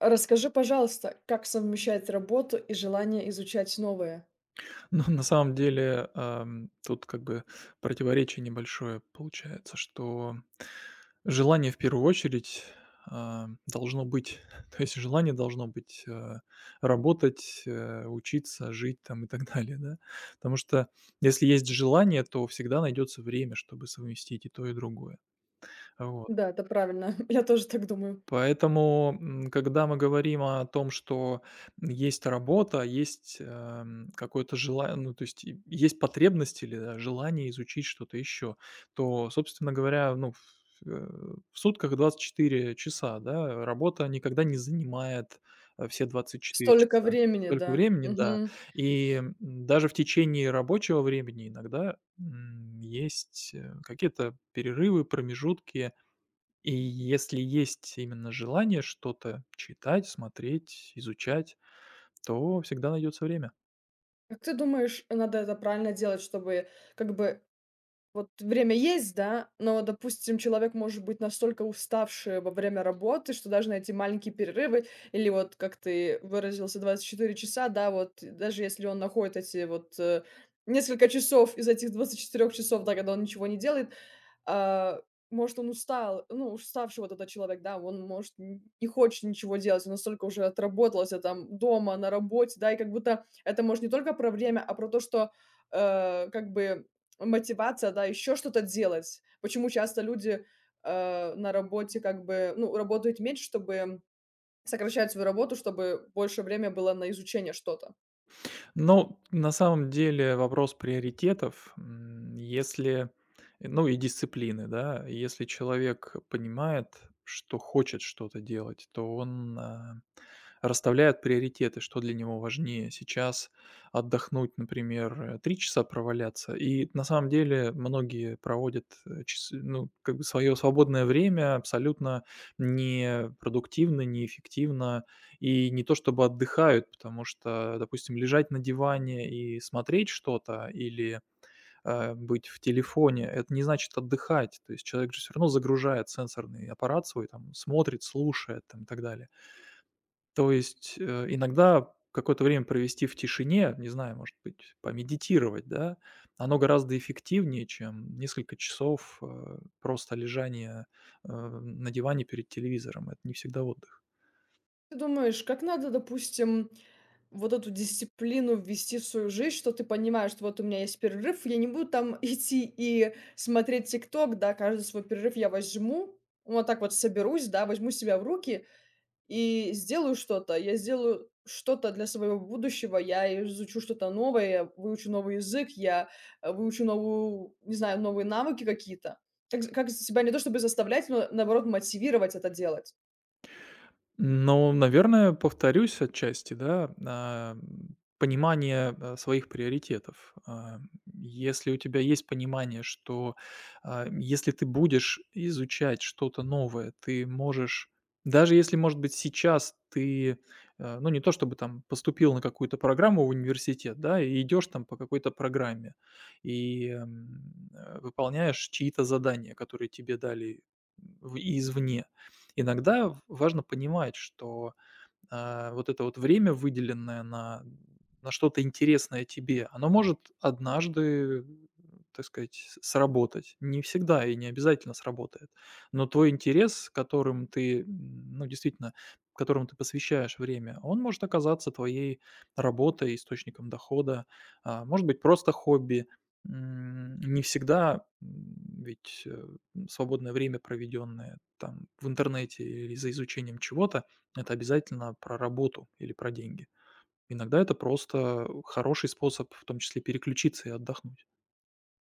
Расскажи, пожалуйста, как совмещать работу и желание изучать новое? Ну, на самом деле, тут противоречие небольшое получается, что желание в первую очередь, должно быть. То есть желание должно быть, работать, учиться, жить там и так далее, да. Потому что если есть желание, то всегда найдется время, чтобы совместить и то, и другое. Вот. Да, это правильно. Я тоже так думаю. Поэтому, когда мы говорим о том, что есть работа, есть, какое-то желание, ну, то есть и есть потребность или, да, желание изучить что-то еще, то, собственно говоря, э, в сутках 24 часа, да, работа никогда не занимает, все 24 Столько часа. времени, Столько да. времени, да. Мгм. Даже в течение рабочего времени иногда, есть, какие-то перерывы, промежутки. И если есть именно желание что-то читать, смотреть, изучать, то всегда найдется время. Как ты думаешь, надо это правильно делать, чтобы как бы вот время есть, да, но, допустим, человек может быть настолько уставший во время работы, что даже на эти маленькие перерывы, или вот, как ты выразился, 24 часа, да, вот даже если он находит эти вот несколько часов из этих 24 часов, да, когда он ничего не делает. А, может, он устал, ну, уставший вот этот человек, да, он, может, не хочет ничего делать, он настолько уже отработался там дома, на работе, да, и как будто это, может, не только про время, а про то, что как бы мотивация, да, еще что-то делать. Почему часто люди на работе как бы, ну, работают меньше, чтобы сокращать свою работу, чтобы больше время было на изучение что-то. Но на самом деле вопрос приоритетов, если, ну и дисциплины, да, если человек понимает, что хочет что-то делать, то он, расставляет приоритеты, что для него важнее сейчас отдохнуть, например, 3 часа проваляться. И на самом деле многие проводят, часы, ну, свое свободное время абсолютно не продуктивно, неэффективно и не то чтобы отдыхают, потому что, допустим, лежать на диване и смотреть что-то или, быть в телефоне — это не значит отдыхать. То есть человек же все равно загружает сенсорный аппарат свой, там, смотрит, слушает, там, и так далее. То есть, иногда какое-то время провести в тишине, не знаю, может быть, помедитировать, да, оно гораздо эффективнее, чем несколько часов, просто лежания, на диване перед телевизором. Это не всегда отдых. Ты думаешь, как надо, допустим, вот эту дисциплину ввести в свою жизнь, что ты понимаешь, что вот у меня есть перерыв, я не буду там идти и смотреть "Тикток", да, каждый свой перерыв я возьму, вот так вот соберусь, да, возьму себя в руки и сделаю что-то. Я сделаю что-то для своего будущего, я изучу что-то новое, я выучу новый язык, выучу новую не знаю, новые навыки какие-то. Как себя не то чтобы заставлять, но наоборот мотивировать это делать. Ну, наверное, повторюсь отчасти, да, понимание своих приоритетов. Если у тебя есть понимание, что, если ты будешь изучать что-то новое, ты можешь, даже если, может быть, сейчас ты, ну, не то чтобы там поступил на какую-то программу в университет, да, и идешь там по какой-то программе и выполняешь чьи-то задания, которые тебе дали извне. Иногда важно понимать, что, вот это вот время, выделенное на что-то интересное тебе, оно может однажды, так сказать, с сработать. Не всегда и не обязательно сработает. Но твой интерес, которым ты, ну, действительно, которому ты посвящаешь время, он может оказаться твоей работой, источником дохода, может быть, просто хобби. Не всегда, ведь, свободное время, проведенное там в интернете или за изучением чего-то, это обязательно про работу или про деньги. Иногда это просто хороший способ, в том числе, переключиться и отдохнуть.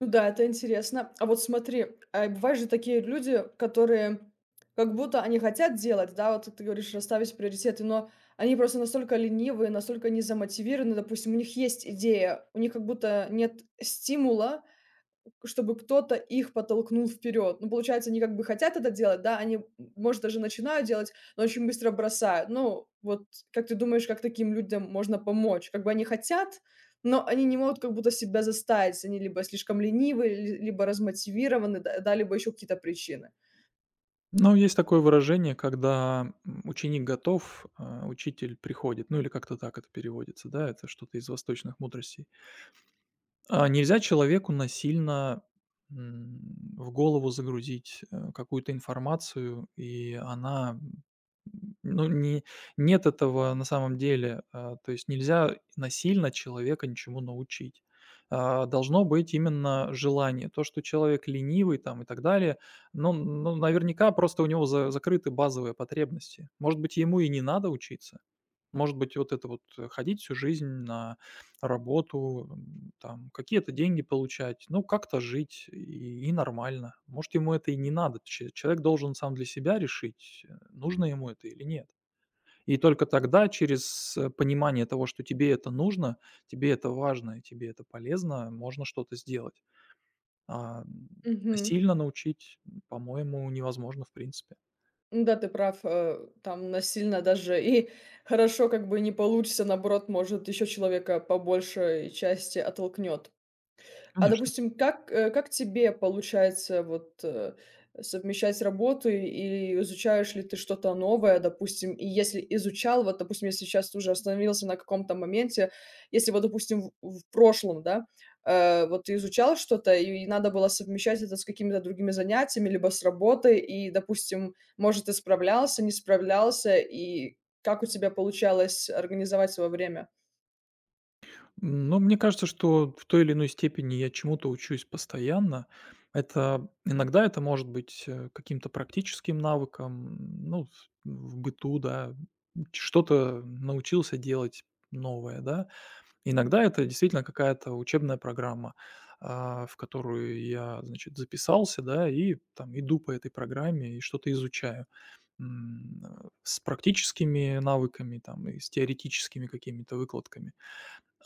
Ну да, это интересно. А вот смотри, а бывают же такие люди, которые как будто они хотят делать, да, вот ты говоришь, расставить приоритеты, но они просто настолько ленивые, настолько не замотивированы, допустим, у них есть идея, у них как будто нет стимула, чтобы кто-то их подтолкнул вперед. Ну, получается, они как бы хотят это делать, да, они, может, даже начинают делать, но очень быстро бросают. Ну, вот как ты думаешь, как таким людям можно помочь? Как бы они хотят, но они не могут как будто себя заставить. Они либо слишком ленивы, либо размотивированы, да, да, либо еще какие-то причины. Но есть такое выражение, когда, ученик готов, а учитель приходит, ну или как-то так это переводится, да, это что-то из восточных мудростей. Нельзя человеку насильно, м, в голову загрузить, какую-то информацию, и она, ну, не нет этого на самом деле. То есть нельзя насильно человека ничему научить. Должно быть именно желание. То, что человек ленивый там и так далее, ну, наверняка просто у него за закрыты базовые потребности. Может быть, ему и не надо учиться. Может быть, вот это вот, ходить всю жизнь на работу, там какие-то деньги получать, ну, как-то жить, и нормально. Может, ему это и не надо. Че человек должен сам для себя решить, нужно ему это или нет. И только тогда через, понимание того, что тебе это нужно, тебе это важно и тебе это полезно, можно что-то сделать. А, м, Мгм. насильно научить, по-моему, невозможно в принципе. Ну да, ты прав, там насильно даже и хорошо как бы не получится, наоборот, может, еще человека по большей части оттолкнет. А, Конечно. допустим, как тебе получается вот, совмещать работу и изучаешь ли ты что-то новое, допустим? И если изучал, вот, допустим, если сейчас ты уже остановился на каком-то моменте, если вот, допустим, в прошлом, да, вот ты изучал что-то, и надо было совмещать это с какими-то другими занятиями, либо с работой, и, допустим, может, ты справлялся, не справлялся, и как у тебя получалось организовать свое время? Ну, мне кажется, что в той или иной степени я чему-то учусь постоянно. Иногда это может быть каким-то практическим навыком, ну, в быту, да, что-то научился делать новое, да. Иногда это действительно какая-то учебная программа, в которую я, значит, записался, да, и там иду по этой программе и что-то изучаю. С практическими навыками, там, и с теоретическими какими-то выкладками.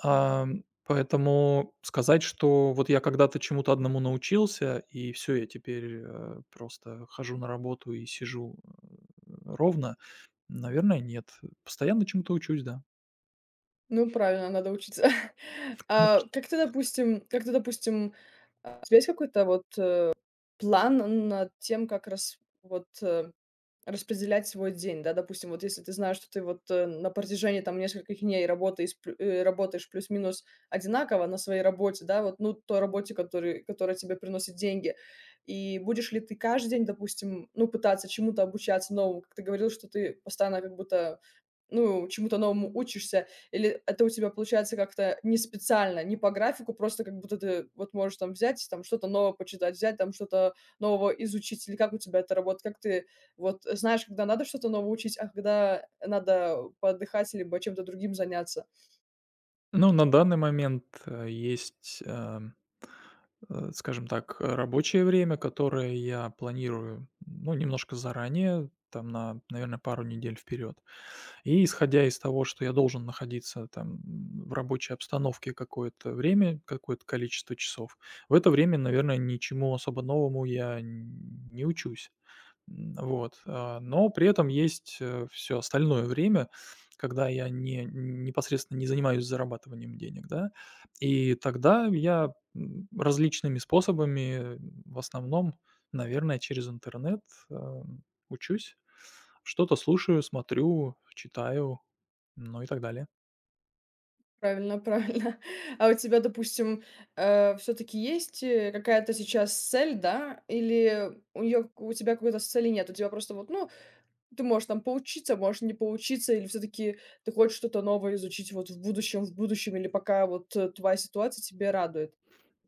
Поэтому сказать, что вот я когда-то чему-то одному научился, и все, я теперь, просто хожу на работу и сижу, ровно, наверное, нет. Постоянно чему-то учусь, да, Ну, правильно, надо учиться. А конечно. У тебя есть какой-то вот, план над тем, как распределять свой день, да? Допустим, вот если ты знаешь, что ты вот, на протяжении там нескольких дней работаешь плюс-минус одинаково на своей работе, да, вот, ну, той работе, который которая тебе приносит деньги. И будешь ли ты каждый день, допустим, ну, пытаться чему-то обучаться новому? Как ты говорил, что ты постоянно как будто, ну, чему-то новому учишься, или это у тебя получается как-то не специально, не по графику, просто как будто ты вот можешь там взять, там что-то новое почитать, взять там что-то нового изучить, или как у тебя это работает? Как ты вот знаешь, когда надо что-то новое учить, а когда надо поотдыхать либо чем-то другим заняться? Ну, на данный момент, есть, скажем так, рабочее время, которое я планирую, ну, немножко заранее, там на, наверное, пару недель вперед. И исходя из того, что я должен находиться там, в рабочей обстановке какое-то время, какое-то количество часов, в это время, наверное, ничему особо новому я не учусь. Но при этом есть, все остальное время, когда я не непосредственно не занимаюсь зарабатыванием денег, да. И тогда я, различными способами, в основном, наверное, через интернет, эм, учусь, что-то слушаю, смотрю, читаю, ну и так далее. Правильно, правильно. А у тебя, допустим, все таки есть, какая-то сейчас цель, да, или у тебя какой-то цели нет? У тебя просто вот, ну, ты можешь там поучиться, можешь не поучиться, или все таки ты хочешь что-то новое изучить вот в будущем, или пока вот, твоя ситуация тебе радует?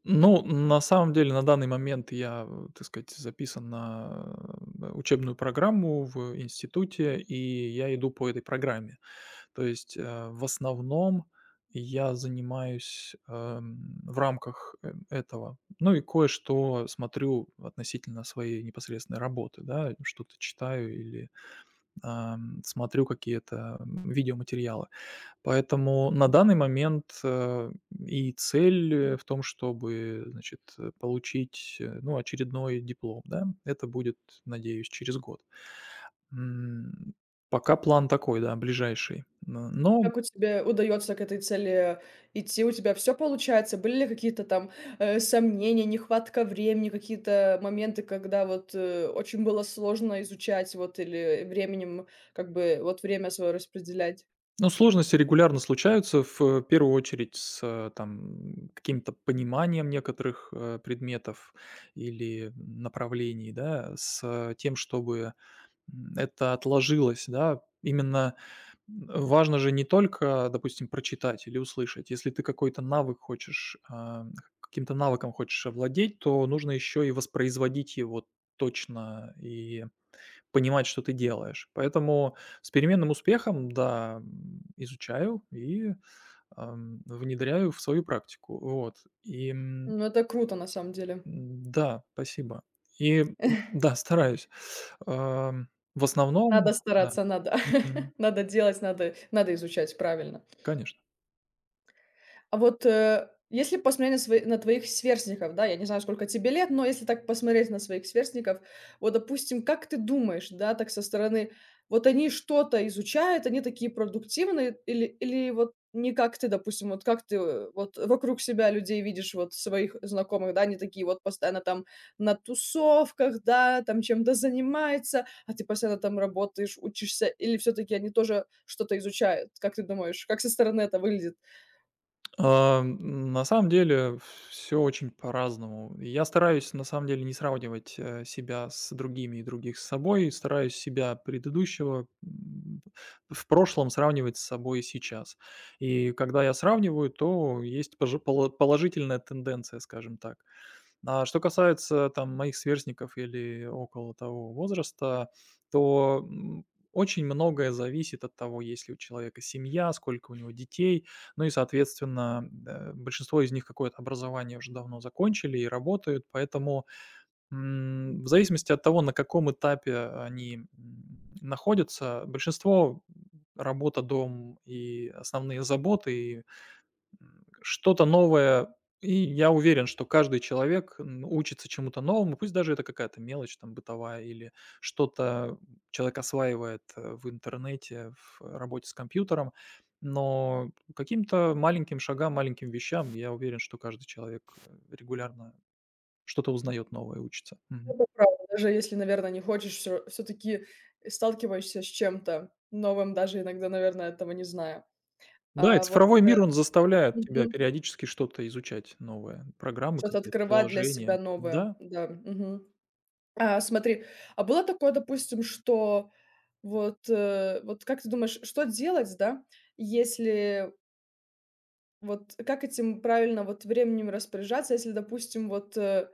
Ну, на самом деле, на данный момент я, так сказать, записан на, учебную программу в институте, и я иду по этой программе. То есть, в основном я занимаюсь, в рамках, этого. Ну и кое-что смотрю относительно своей непосредственной работы, да, что-то читаю или, смотрю какие-то, видеоматериалы. Поэтому на данный момент, и цель, в том, чтобы, значит, получить, ну, очередной диплом, да. Это будет, надеюсь, через год. М, пока план такой, да, ближайший. Н но Как у тебя удается к этой цели идти? У тебя все получается? Были ли какие-то там, сомнения, нехватка времени, какие-то моменты, когда вот, очень было сложно изучать, вот, или временем как бы вот время свое распределять? Ну, сложности регулярно случаются, в, первую очередь с, там, каким-то пониманием некоторых, предметов или направлений, да, с, тем, чтобы, это отложилось, да. Именно, важно же не только, допустим, прочитать или услышать. Если ты какой-то навык хочешь, каким-то навыком хочешь овладеть, то нужно еще и воспроизводить его точно и понимать, что ты делаешь. Поэтому с переменным успехом, да, изучаю и, внедряю в свою практику. Вот. Ну, это круто на самом деле. Да, спасибо. И, м, да, стараюсь. Ам, в основном, Надо да. стараться, надо Мгм. надо делать, надо изучать, правильно. Конечно. А вот, если посмотреть на свои на твоих сверстников, да, я не знаю, сколько тебе лет, но если так посмотреть на своих сверстников, вот, допустим, как ты думаешь, да, так со стороны, вот они что-то изучают, они такие продуктивные, или вот не как ты, допустим, вот как ты, вот вокруг себя людей видишь, вот своих знакомых, да, они такие вот постоянно там на тусовках, да, там чем-то занимаются, а ты постоянно там работаешь, учишься, или все таки они тоже что-то изучают? Как ты думаешь, как со стороны это выглядит? На самом деле все очень по-разному. Я стараюсь на самом деле не сравнивать, себя с другими и других с собой. Стараюсь себя предыдущего, в прошлом сравнивать с собой сейчас. И когда я сравниваю, то есть пожи поло положительная тенденция, скажем так. А что касается там моих сверстников или около того возраста, то, очень многое зависит от того, есть ли у человека семья, сколько у него детей. Ну и, соответственно, большинство из них какое-то образование уже давно закончили и работают, поэтому, в зависимости от того, на каком этапе они, находятся, большинство, работа, дом и основные заботы, и что-то новое. И я уверен, что каждый человек учится чему-то новому, пусть даже это какая-то мелочь там бытовая или что-то человек осваивает в интернете, в работе с компьютером, но каким-то маленьким шагам, маленьким вещам я уверен, что каждый человек, регулярно что-то узнает новое, учится. Мгм. Это правда. Даже если, наверное, не хочешь, все всё-таки сталкиваешься с чем-то новым, даже иногда, наверное, этого не зная. Да, и А вот, цифровой мир, он заставляет тебя мгм, периодически что-то изучать новое. Программы что-то какие-то, открывать для приложения. себя новое, Да. да, мгм. А смотри, а было такое, допустим, что вот, вот как ты думаешь, что делать, да, если вот как этим правильно вот временем распоряжаться, если, допустим, вот,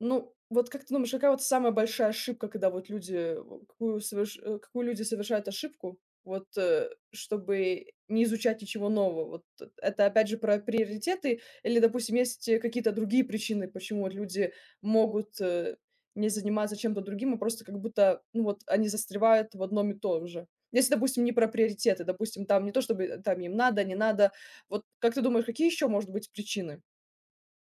ну, вот как ты думаешь, какая вот самая большая ошибка, когда вот люди, о какую соверш э, какую люди совершают ошибку, вот, чтобы не изучать ничего нового? Вот это опять же про приоритеты, или, допустим, есть, какие-то другие причины, почему вот люди могут, не заниматься чем-то другим, а просто как будто, ну, вот они застревают в одном и том же? Если, допустим, не про приоритеты, допустим, там не то чтобы, там им надо, не надо. Вот как ты думаешь, какие еще, может быть, причины?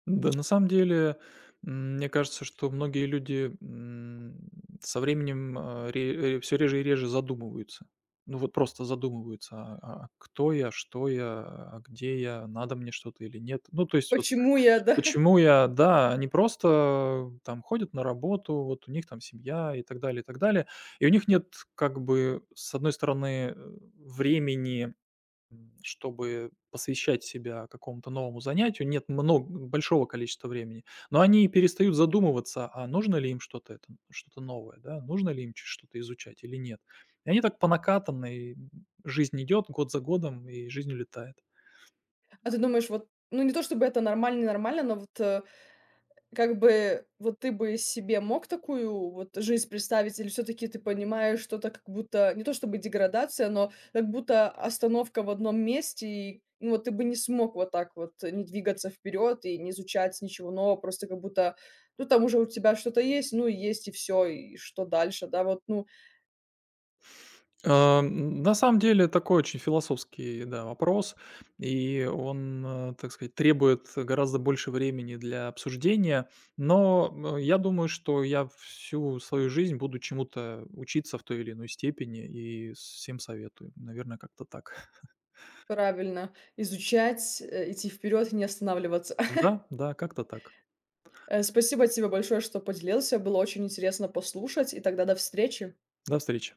Да, на самом деле, мне кажется, что многие люди, со временем, все реже и реже задумываются. Ну, вот просто задумываются: "А кто я? Что я? А где я? Надо мне что-то или нет?» Ну, то есть вот Почему я, да? почему я, да, они просто, там ходят на работу, вот у них там семья и так далее, и так далее. И у них нет как бы, с одной стороны, времени, чтобы посвящать себя какому-то новому занятию, нет много большого количества времени, но они перестают задумываться, а нужно ли им что-то это, что-то новое, да, нужно ли им что-то изучать или нет. И они так по накатанной, жизнь идет год за годом, и жизнь улетает. А ты думаешь, вот, ну, не то чтобы это нормально, нормально, но вот, как бы, вот ты бы себе мог такую вот жизнь представить, или все таки ты понимаешь, что это как будто не то чтобы деградация, но как будто остановка в одном месте, и, ну, вот ты бы не смог вот так вот, не двигаться вперед и не изучать ничего нового, просто как будто, ну, там уже у тебя что-то есть, ну, и есть, и все, и что дальше, да, вот, ну, А, на самом деле такой очень философский, да, вопрос, и он, так сказать, требует гораздо больше времени для обсуждения. Но, я думаю, что я всю свою жизнь буду чему-то учиться в той или иной степени и всем советую. Наверное, как-то так. правильно, изучать, идти вперед и не останавливаться. Да, да, как-то так. Спасибо тебе большое, что поделился. Было очень интересно послушать, и тогда до встречи. До встречи.